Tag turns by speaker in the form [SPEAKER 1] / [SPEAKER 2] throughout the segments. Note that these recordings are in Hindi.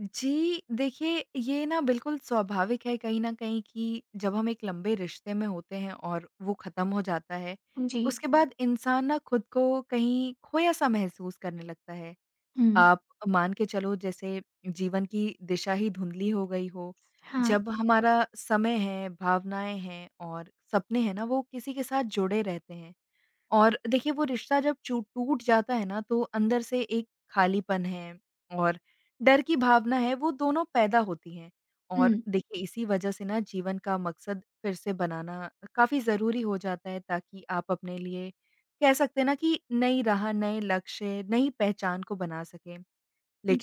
[SPEAKER 1] जी, देखिए ये ना बिल्कुल स्वाभाविक है कहीं न कहीं कि जब हम एक लंबे रिश्ते में होते हैं और वो ख़त्म हो जाता है,
[SPEAKER 2] जी।
[SPEAKER 1] उसके बाद इंसान ना खुद को कहीं खोया-सा महसूस करने लगता है।
[SPEAKER 2] हुँ।
[SPEAKER 1] आप मान के चलो जैसे जीवन की दिशा ही धुंधली हो गई हो,
[SPEAKER 2] हाँ।
[SPEAKER 1] जब हमारा समय है, भावनाएँ हैं और सपने हैं ना वो किसी के साथ जुड़े रहते हैं। और देखिए वो रिश्ता जब चू टूट जाता है ना तो अंदर से एक खालीपन है और डर की भावना है, वो दोनों पैदा होती हैं। और
[SPEAKER 2] हुँ।
[SPEAKER 1] देखिए इसी वजह से ना जीवन का मकसद फिर से बनाना काफ़ी ज़रूरी हो जाता है, ताकि आप अपने लिए कह सकते हैं ना कि नई राह, नए लक्ष्य, नई पहचान को बना सकें।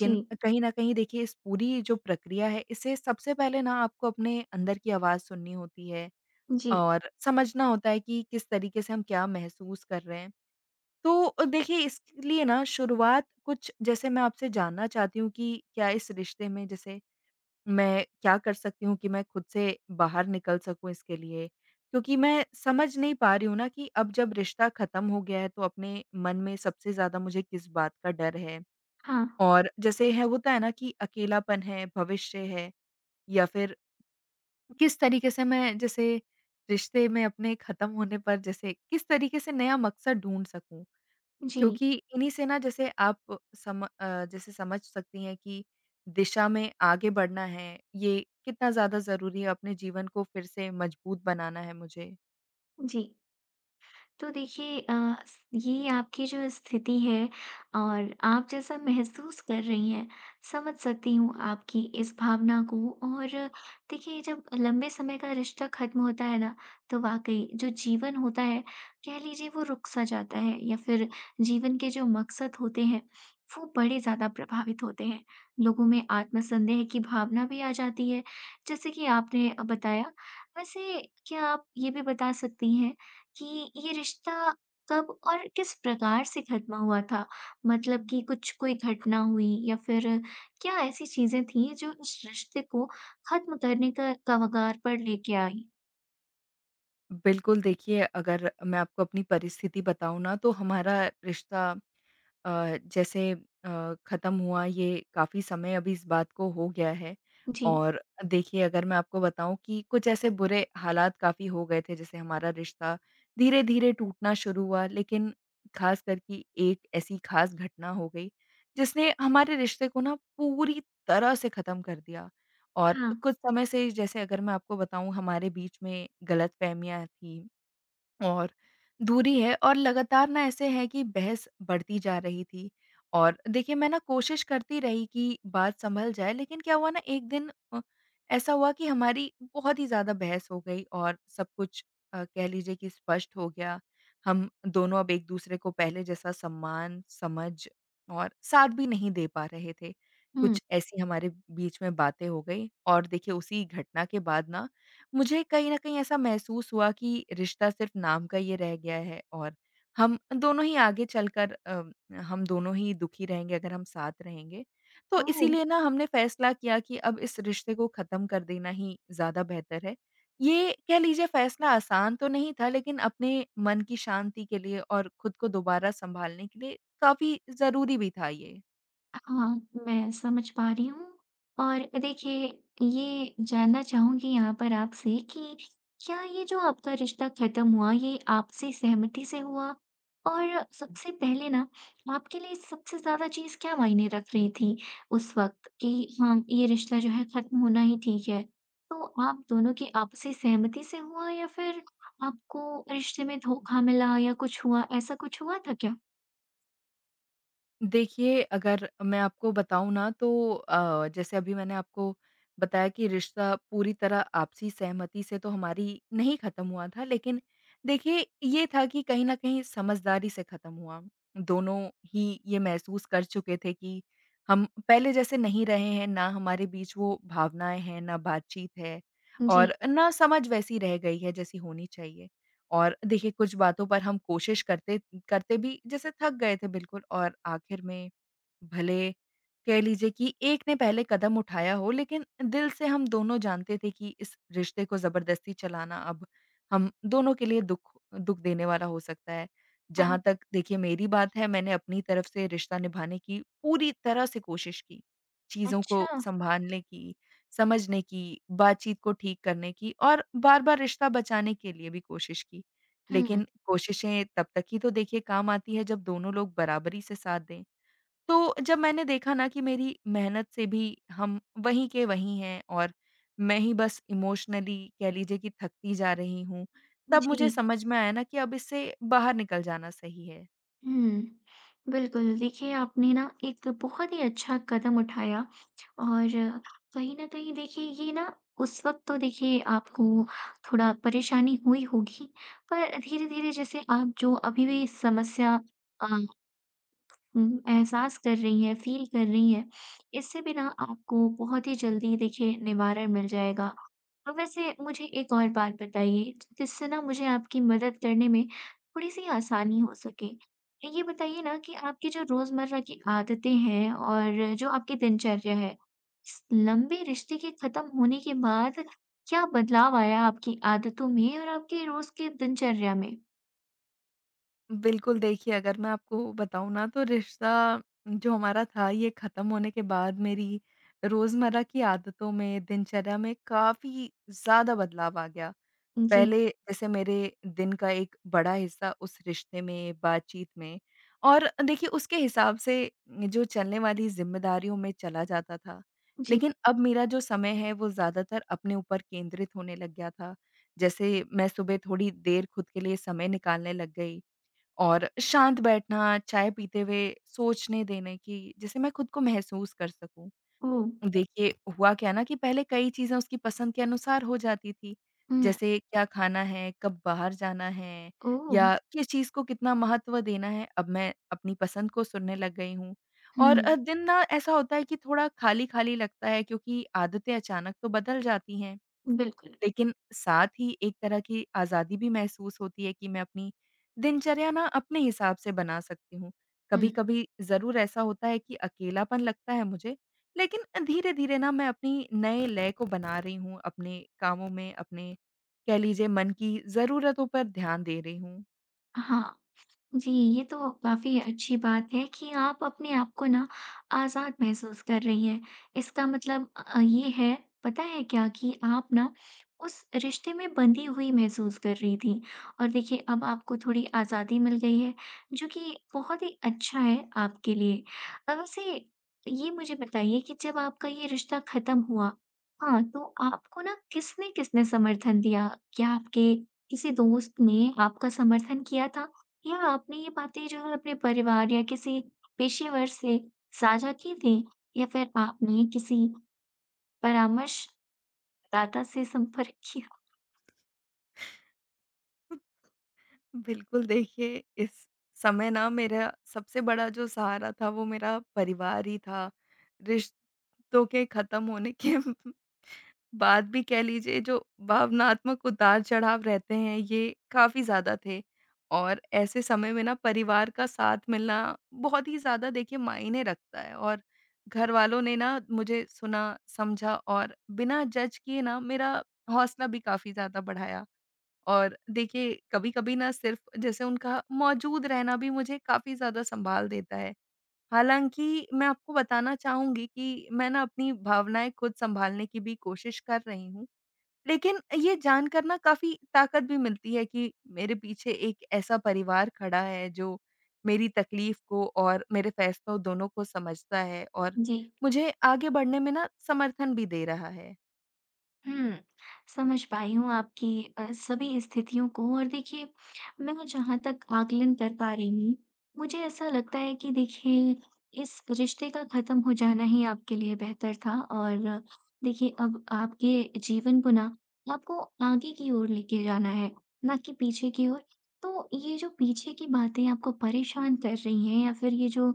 [SPEAKER 2] जी।
[SPEAKER 1] कहीं न कहीं देखिए इस पूरी जो प्रक्रिया है, इससे सबसे पहले ना आपको अपने अंदर की आवाज़ सुननी होती है
[SPEAKER 2] जी।
[SPEAKER 1] और समझना होता है कि किस तरीके से हम क्या महसूस कर रहे हैं। तो देखिए इसके लिए ना शुरुआत कुछ जैसे मैं आपसे जानना चाहती हूँ कि क्या इस रिश्ते में जैसे मैं क्या कर सकती हूँ कि मैं खुद से बाहर निकल सकूँ इसके लिए? क्योंकि मैं समझ नहीं पा रही हूँ ना कि अब जब रिश्ता ख़त्म हो गया है, तो अपने मन में सबसे ज़्यादा मुझे किस बात का डर है?
[SPEAKER 2] हाँ।
[SPEAKER 1] और जैसे है होता है ना कि अकेलापन है, भविष्य है या फिर किस तरीके से मैं जैसे रिश्ते में अपने ख़त्म होने पर जैसे किस तरीके से नया मकसद ढूँढ सकूँ?
[SPEAKER 2] जी,
[SPEAKER 1] क्योंकि इन्हीं से ना जैसे आप जैसे समझ सकती हैं कि दिशा में आगे बढ़ना है, ये कितना ज़्यादा ज़रूरी है अपने जीवन को फिर से मजबूत बनाना है मुझे।
[SPEAKER 2] जी। तो देखिए, अ, स ये आपकी जो स्थिति है और आप जैसा महसूस कर रही हैं, समझ सकती हूँ आपकी इस भावना को। और देखिए, जब लंबे समय का रिश्ता ख़त्म होता है ना, तो वाक़ई जो जीवन होता है, कह लीजिए वो रुक सा जाता है, या फिर जीवन के जो मकसद होते हैं, वो बड़े ज़्यादा प्रभावित होते हैं। लोगों में आत्मसंदेह की भावना भी आ जाती है, जैसे कि आपने बताया। वैसे, क्या आप ये भी बता सकती हैं कि ये रिश्ता कब और किस प्रकार से खत्म हुआ था? मतलब कि कुछ कोई घटना हुई, या फिर क्या ऐसी चीज़ें थीं जो इस रिश्ते को खत्म करने का कगार पर लेके आई?
[SPEAKER 1] बिल्कुल देखिए, अगर मैं आपको अपनी परिस्थिति बताऊँ ना तो हमारा रिश्ता जैसे ख़त्म हुआ, ये काफ़ी समय अभी इस बात को हो गया है।
[SPEAKER 2] जी।
[SPEAKER 1] और देखिए अगर मैं आपको बताऊँ कि कुछ ऐसे बुरे हालात काफ़ी हो गए थे, जैसे हमारा रिश्ता धीरे-धीरे टूटना शुरू हुआ, लेकिन ख़ासकर कि एक ऐसी ख़ास घटना हो गई जिसने हमारे रिश्ते को ना पूरी तरह से ख़त्म कर दिया। और
[SPEAKER 2] हाँ।
[SPEAKER 1] कुछ समय से जैसे अगर मैं आपको बताऊँ, हमारे बीच में गलतफ़हमियाँ थी। और दूरी है और लगातार ना ऐसे है कि बहस बढ़ती जा रही थी। और देखिए मैं ना कोशिश करती रही कि बात सँभल जाए, लेकिन क्या हुआ ना एक दिन ऐसा हुआ कि हमारी बहुत ही ज़्यादा बहस हो गई और सब कुछ कह लीजिए कि स्पष्ट हो गया। हम दोनों अब एक-दूसरे को पहले जैसा सम्मान, समझ और साथ भी नहीं दे पा रहे थे।
[SPEAKER 2] हुँ।
[SPEAKER 1] कुछ ऐसी हमारे बीच में बातें हो गई और देखिए उसी घटना के बाद ना मुझे कहीं न कहीं ऐसा महसूस हुआ कि रिश्ता सिर्फ़ नाम का ये रह गया है और हम दोनों ही आगे चलकर अ, हम दोनों ही दुखी रहेंगे अगर हम साथ रहेंगे। तो
[SPEAKER 2] ओह!
[SPEAKER 1] इसीलिए ना हमने फ़ैसला किया कि अब इस रिश्ते को ख़त्म कर देना ही ज़्यादा बेहतर है। ये कह लीजिए फ़ैसला आसान तो नहीं था, लेकिन अपने मन की शांति के लिए और खुद को दोबारा सँभालने के लिए काफ़ी ज़रूरी भी था ये।
[SPEAKER 2] हाँ, मैं समझ पा रही हूँ। और देखिए, ये जानना चाहूँगी यहाँ पर आपसे कि क्या ये जो आपका रिश्ता ख़त्म हुआ, ये आपसी सहमति से हुआ? और सबसे पहले ना, आपके लिए सबसे ज़्यादा चीज़ क्या मायने रख रही थी उस वक़्त कि हाँ, ये रिश्ता जो है ख़त्म होना ही ठीक है? तो आप दोनों की आपसी सहमति से हुआ, या फिर आपको रिश्ते में धोखा मिला, या कुछ हुआ, ऐसा कुछ हुआ था क्या?
[SPEAKER 1] देखिए, अगर मैं आपको बताऊँ ना तो जैसे अभी मैंने आपको बताया कि रिश्ता पूरी तरह आपसी सहमति से तो हमारी नहीं ख़त्म हुआ था, लेकिन देखिए ये था कि कहीं न कहीं समझदारी से ख़त्म हुआ। दोनों ही ये महसूस कर चुके थे कि हम पहले जैसे नहीं रहे हैं, ना हमारे बीच वो भावनाएँ हैं, ना बातचीत है
[SPEAKER 2] जी।
[SPEAKER 1] और ना समझ वैसी रह गई है जैसी होनी चाहिए। और देखिए कुछ बातों पर हम कोशिश करते करते भी जैसे थक गए थे बिल्कुल, और आखिर में भले कह लीजिए कि एक ने पहले कदम उठाया हो, लेकिन दिल से हम दोनों जानते थे कि इस रिश्ते को ज़बरदस्ती चलाना अब हम दोनों के लिए दुःख दुःख देने वाला हो सकता है।
[SPEAKER 2] हाँ,
[SPEAKER 1] जहाँ तक देखिए मेरी बात है, मैंने अपनी तरफ से रिश्ता निभाने की पूरी तरह से कोशिश की। चीज़ों को
[SPEAKER 2] अच्छा।
[SPEAKER 1] सँभालने की, समझने की, बातचीत को ठीक करने की और बार-बार रिश्ता बचाने के लिए भी कोशिश की।
[SPEAKER 2] हुँ।
[SPEAKER 1] लेकिन कोशिशें तब तक ही तो देखिए काम आती है, जब दोनों लोग बराबरी से साथ दें। तो जब मैंने देखा ना कि मेरी मेहनत से भी हम वहीं के वहीं हैं और मैं ही बस इमोशनली कह लीजिए कि थकती जा रही हूँ, तब
[SPEAKER 2] जी।
[SPEAKER 1] मुझे समझ में आया ना कि अब इससे बाहर निकल जाना सही है।
[SPEAKER 2] हुँ। बिल्कुल, देखिए आपने ना एक बहुत ही अच्छा कदम उठाया। और कहीं न कहीं देखिए ये ना, उस वक़्त तो देखिए आपको थोड़ा परेशानी हुई होगी, पर धीरे-धीरे जैसे आप जो अभी भी समस्या अ, हुँ, एहसास कर रही हैं, फ़ील कर रही हैं, इससे भी ना आपको बहुत ही जल्दी देखिए निवारण मिल जाएगा। और वैसे मुझे एक और बात बताइए, जिससे ना मुझे आपकी मदद करने में थोड़ी-सी आसानी हो सके। ये बताइए ना कि आपकी जो रोज़मर्रा की आदतें हैं और जो आपकी दिनचर्या है, इस लंबे रिश्ते के खत्म होने के बाद क्या बदलाव आया आपकी आदतों में और आपके रोज़ की दिनचर्या में?
[SPEAKER 1] बिल्कुल देखिए, अगर मैं आपको बताऊँ ना तो रिश्ता जो हमारा था, ये ख़त्म होने के बाद मेरी रोज़मर्रा की आदतों में, दिनचर्या में काफ़ी ज़्यादा बदलाव आ गया।
[SPEAKER 2] जी।
[SPEAKER 1] पहले जैसे मेरे दिन का एक बड़ा हिस्सा उस रिश्ते में, बातचीत में और देखिए उसके हिसाब से जो चलने वाली ज़िम्मेदारियों में चला जाता था।
[SPEAKER 2] जी।
[SPEAKER 1] लेकिन अब मेरा जो समय है वो ज़्यादातर अपने ऊपर केंद्रित होने लग गया था। जैसे मैं सुबह थोड़ी देर खुद के लिए समय निकालने लग गई और शांत बैठना, चाय पीते हुए सोचने देने की जिसे मैं खुद को महसूस कर सकूँ।
[SPEAKER 2] ओह!
[SPEAKER 1] देखिए, हुआ क्या ना कि पहले कई चीज़ें उसकी पसंद के अनुसार हो जाती थी।
[SPEAKER 2] हुँ।
[SPEAKER 1] जैसे क्या खाना है, कब बाहर जाना है
[SPEAKER 2] ओह!
[SPEAKER 1] या किस चीज़ को कितना महत्व देना है, अब मैं अपनी पसंद को सुनने लग गई हूँ। और
[SPEAKER 2] हुँ।
[SPEAKER 1] दिन ना ऐसा होता है कि थोड़ा खाली-खाली लगता है, क्योंकि आदतें अचानक तो बदल जाती हैं।
[SPEAKER 2] बिल्कुल।
[SPEAKER 1] लेकिन साथ ही एक तरह की आज़ादी भी महसूस होती है कि मैं अपनी दिनचर्या ना अपने हिसाब से बना सकती हूँ।
[SPEAKER 2] हुँ।
[SPEAKER 1] कभी-कभी ज़रूर ऐसा होता है कि अकेलापन लगता है मुझे, लेकिन धीरे-धीरे ना मैं अपनी नए लय को बना रही हूँ, अपने कामों में, अपने कह लीजिए मन की ज़रूरतों पर ध्यान दे रही हूँ।
[SPEAKER 2] हाँ। जी, ये तो काफ़ी अच्छी बात है कि आप अपने आप को ना आज़ाद महसूस कर रही हैं। इसका मतलब ये है, पता है क्या कि आप ना उस रिश्ते में बंधी हुई महसूस कर रही थीं, और देखिए अब आपको थोड़ी आज़ादी मिल गई है, जो कि बहुत ही अच्छा है आपके लिए। वैसे ये मुझे बताइए कि जब आपका ये रिश्ता ख़त्म हुआ, हाँ, तो आपको ना किसने-किसने समर्थन दिया? क्या आपके किसी दोस्त ने आपका समर्थन किया था? या आपने ये बातें जो है अपने परिवार या किसी पेशेवर से साझा की थी, या फिर आपने किसी परामर्शदाता से संपर्क किया?
[SPEAKER 1] बिल्कुल, देखिए इस समय ना मेरा सबसे बड़ा जो सहारा था वो मेरा परिवार ही था। रिश्तों के खत्म होने के बाद भी कह लीजिए जो भावनात्मक उतार-चढ़ाव रहते हैं, ये काफ़ी ज़्यादा थे। और ऐसे समय में ना परिवार का साथ मिलना बहुत ही ज़्यादा देखिए मायने रखता है, और घरवालों ने ना मुझे सुना, समझा और बिना जज किए ना मेरा हौसला भी काफ़ी ज़्यादा बढ़ाया। और देखिए कभी-कभी ना सिर्फ़ जैसे उनका मौजूद रहना भी मुझे काफ़ी ज़्यादा सँभाल देता है। हालाँकि मैं आपको बताना चाहूँगी कि मैं ना अपनी भावनाएँ खुद सँभालने की भी कोशिश कर रही हूँ। लेकिन ये जानकर ना काफ़ी ताकत भी मिलती है कि मेरे पीछे एक ऐसा परिवार खड़ा है जो मेरी तकलीफ़ को और मेरे फ़ैसलों दोनों को समझता है और
[SPEAKER 2] जी।
[SPEAKER 1] मुझे आगे बढ़ने में ना समर्थन भी दे रहा है।
[SPEAKER 2] हुँ, समझ पाई हूँ आपकी सभी स्थितियों को। और देखिए, मैं जहाँ तक आकलन कर पा रही हूँ, मुझे ऐसा लगता है कि देखिए, इस रिश्ते का ख़त्म हो जाना ही आपके लिए बेहतर था। और देखिए, अब आपके जीवन को ना, आपको आगे की ओर लेके जाना है, ना कि पीछे की ओर। तो ये जो पीछे की बातें आपको परेशान कर रही हैं, या फिर ये जो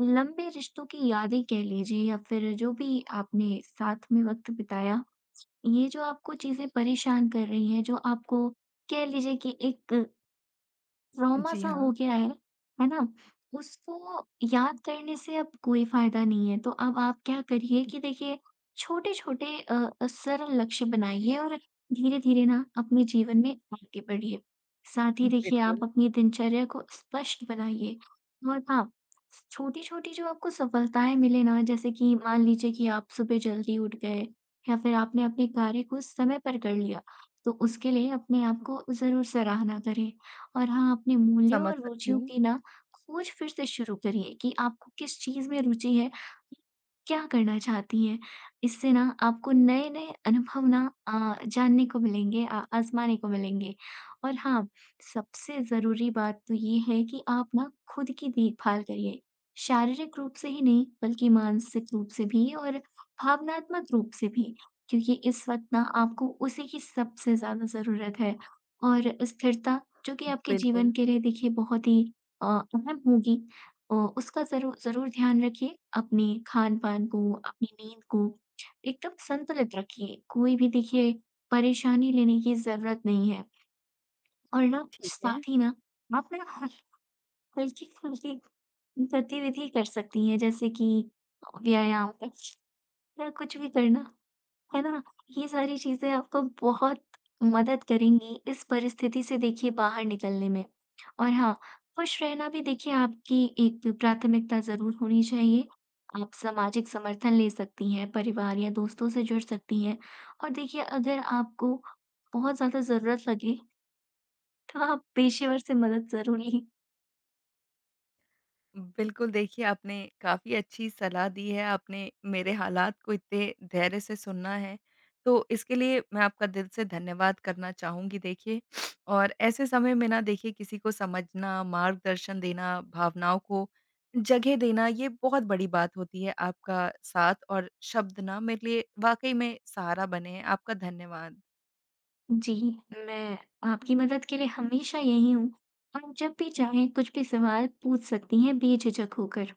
[SPEAKER 2] लंबे रिश्तों की यादें कह लीजिए, या फिर जो भी आपने साथ में वक़्त बिताया, ये जो आपको चीज़ें परेशान कर रही हैं, जो आपको कह लीजिए कि एक ट्रॉमा
[SPEAKER 1] जी
[SPEAKER 2] सा
[SPEAKER 1] हाँ,
[SPEAKER 2] हो गया है ना? उसको याद करने से अब कोई फ़ायदा नहीं है। तो अब आप क्या करिए कि देखिए छोटे-छोटे सरल लक्ष्य बनाइए और धीरे-धीरे ना अपने जीवन में आगे बढ़िए। साथ ही देखिए आप
[SPEAKER 1] बिल्कुल,
[SPEAKER 2] अपनी दिनचर्या को स्पष्ट बनाइए, और हाँ, छोटी-छोटी जो आपको सफलताएँ मिले ना, जैसे कि मान लीजिए कि आप सुबह जल्दी उठ गए, या फिर आपने अपने कार्य को समय पर कर लिया, तो उसके लिए अपने आप को ज़रूर सराहना करें। और हाँ, अपने मूल्यों
[SPEAKER 1] समझ
[SPEAKER 2] और
[SPEAKER 1] सकती
[SPEAKER 2] रुचियों
[SPEAKER 1] हूँ।
[SPEAKER 2] की ना खोज फिर से शुरू करिए कि आपको किस चीज़ में रुचि है, क्या करना चाहती हैं। इससे ना आपको नए-नए अनुभव जानने को मिलेंगे, आज़माने को मिलेंगे। और हाँ, सबसे ज़रूरी बात तो ये है कि आप ना खुद की देखभाल करिए। शारीरिक रूप से ही नहीं, बल्कि मानसिक रूप से भी, और भावनात्मक रूप से भी, क्योंकि इस वक़्त ना आपको उसी की सबसे ज़्यादा ज़रूरत है। और स्थिरता जो कि आपके जीवन
[SPEAKER 1] बिल्कुल,
[SPEAKER 2] के लिए देखिए बहुत ही अ, अहम होगी। उसका ज़रूर ज़रूर ध्यान रखिए। अपने खान-पान को, अपनी नींद को एकदम संतुलित रखिए। कोई भी देखिए परेशानी लेने की ज़रूरत नहीं है। और ना
[SPEAKER 1] ठीक है।
[SPEAKER 2] साथ ही ना आप ना हल हल्की-फुल्की गतिविधि कर सकती हैं, जैसे कि व्यायाम या कुछ भी करना, है ना? ये सारी चीज़ें आपको बहुत मदद करेंगी इस परिस्थिति से देखिए बाहर निकलने में। और हाँ, खुश रहना भी देखिए आपकी एक प्राथमिकता ज़रूर होनी चाहिए। आप सामाजिक समर्थन ले सकती हैं, परिवार या दोस्तों से जुड़ सकती हैं। और देखिए अगर आपको बहुत ज़्यादा ज़रूरत लगे, तो आप पेशेवर से मदद ज़रूर लें।
[SPEAKER 1] बिल्कुल, देखिए आपने काफ़ी अच्छी सलाह दी है, आपने मेरे हालात को इतने धैर्य से सुनना है, तो इसके लिए मैं आपका दिल से धन्यवाद करना चाहूँगी देखिए। और ऐसे समय में ना देखिए किसी को समझना, मार्गदर्शन देना, भावनाओं को जगह देना, ये बहुत बड़ी बात होती है। आपका साथ और शब्द ना मेरे लिए वाक़ई में सहारा बने हैं। आपका धन्यवाद।
[SPEAKER 2] जी, मैं आपकी मदद के लिए हमेशा यहीं हूँ। आप जब भी चाहें कुछ भी सवाल पूछ सकती हैं बेझिझक होकर।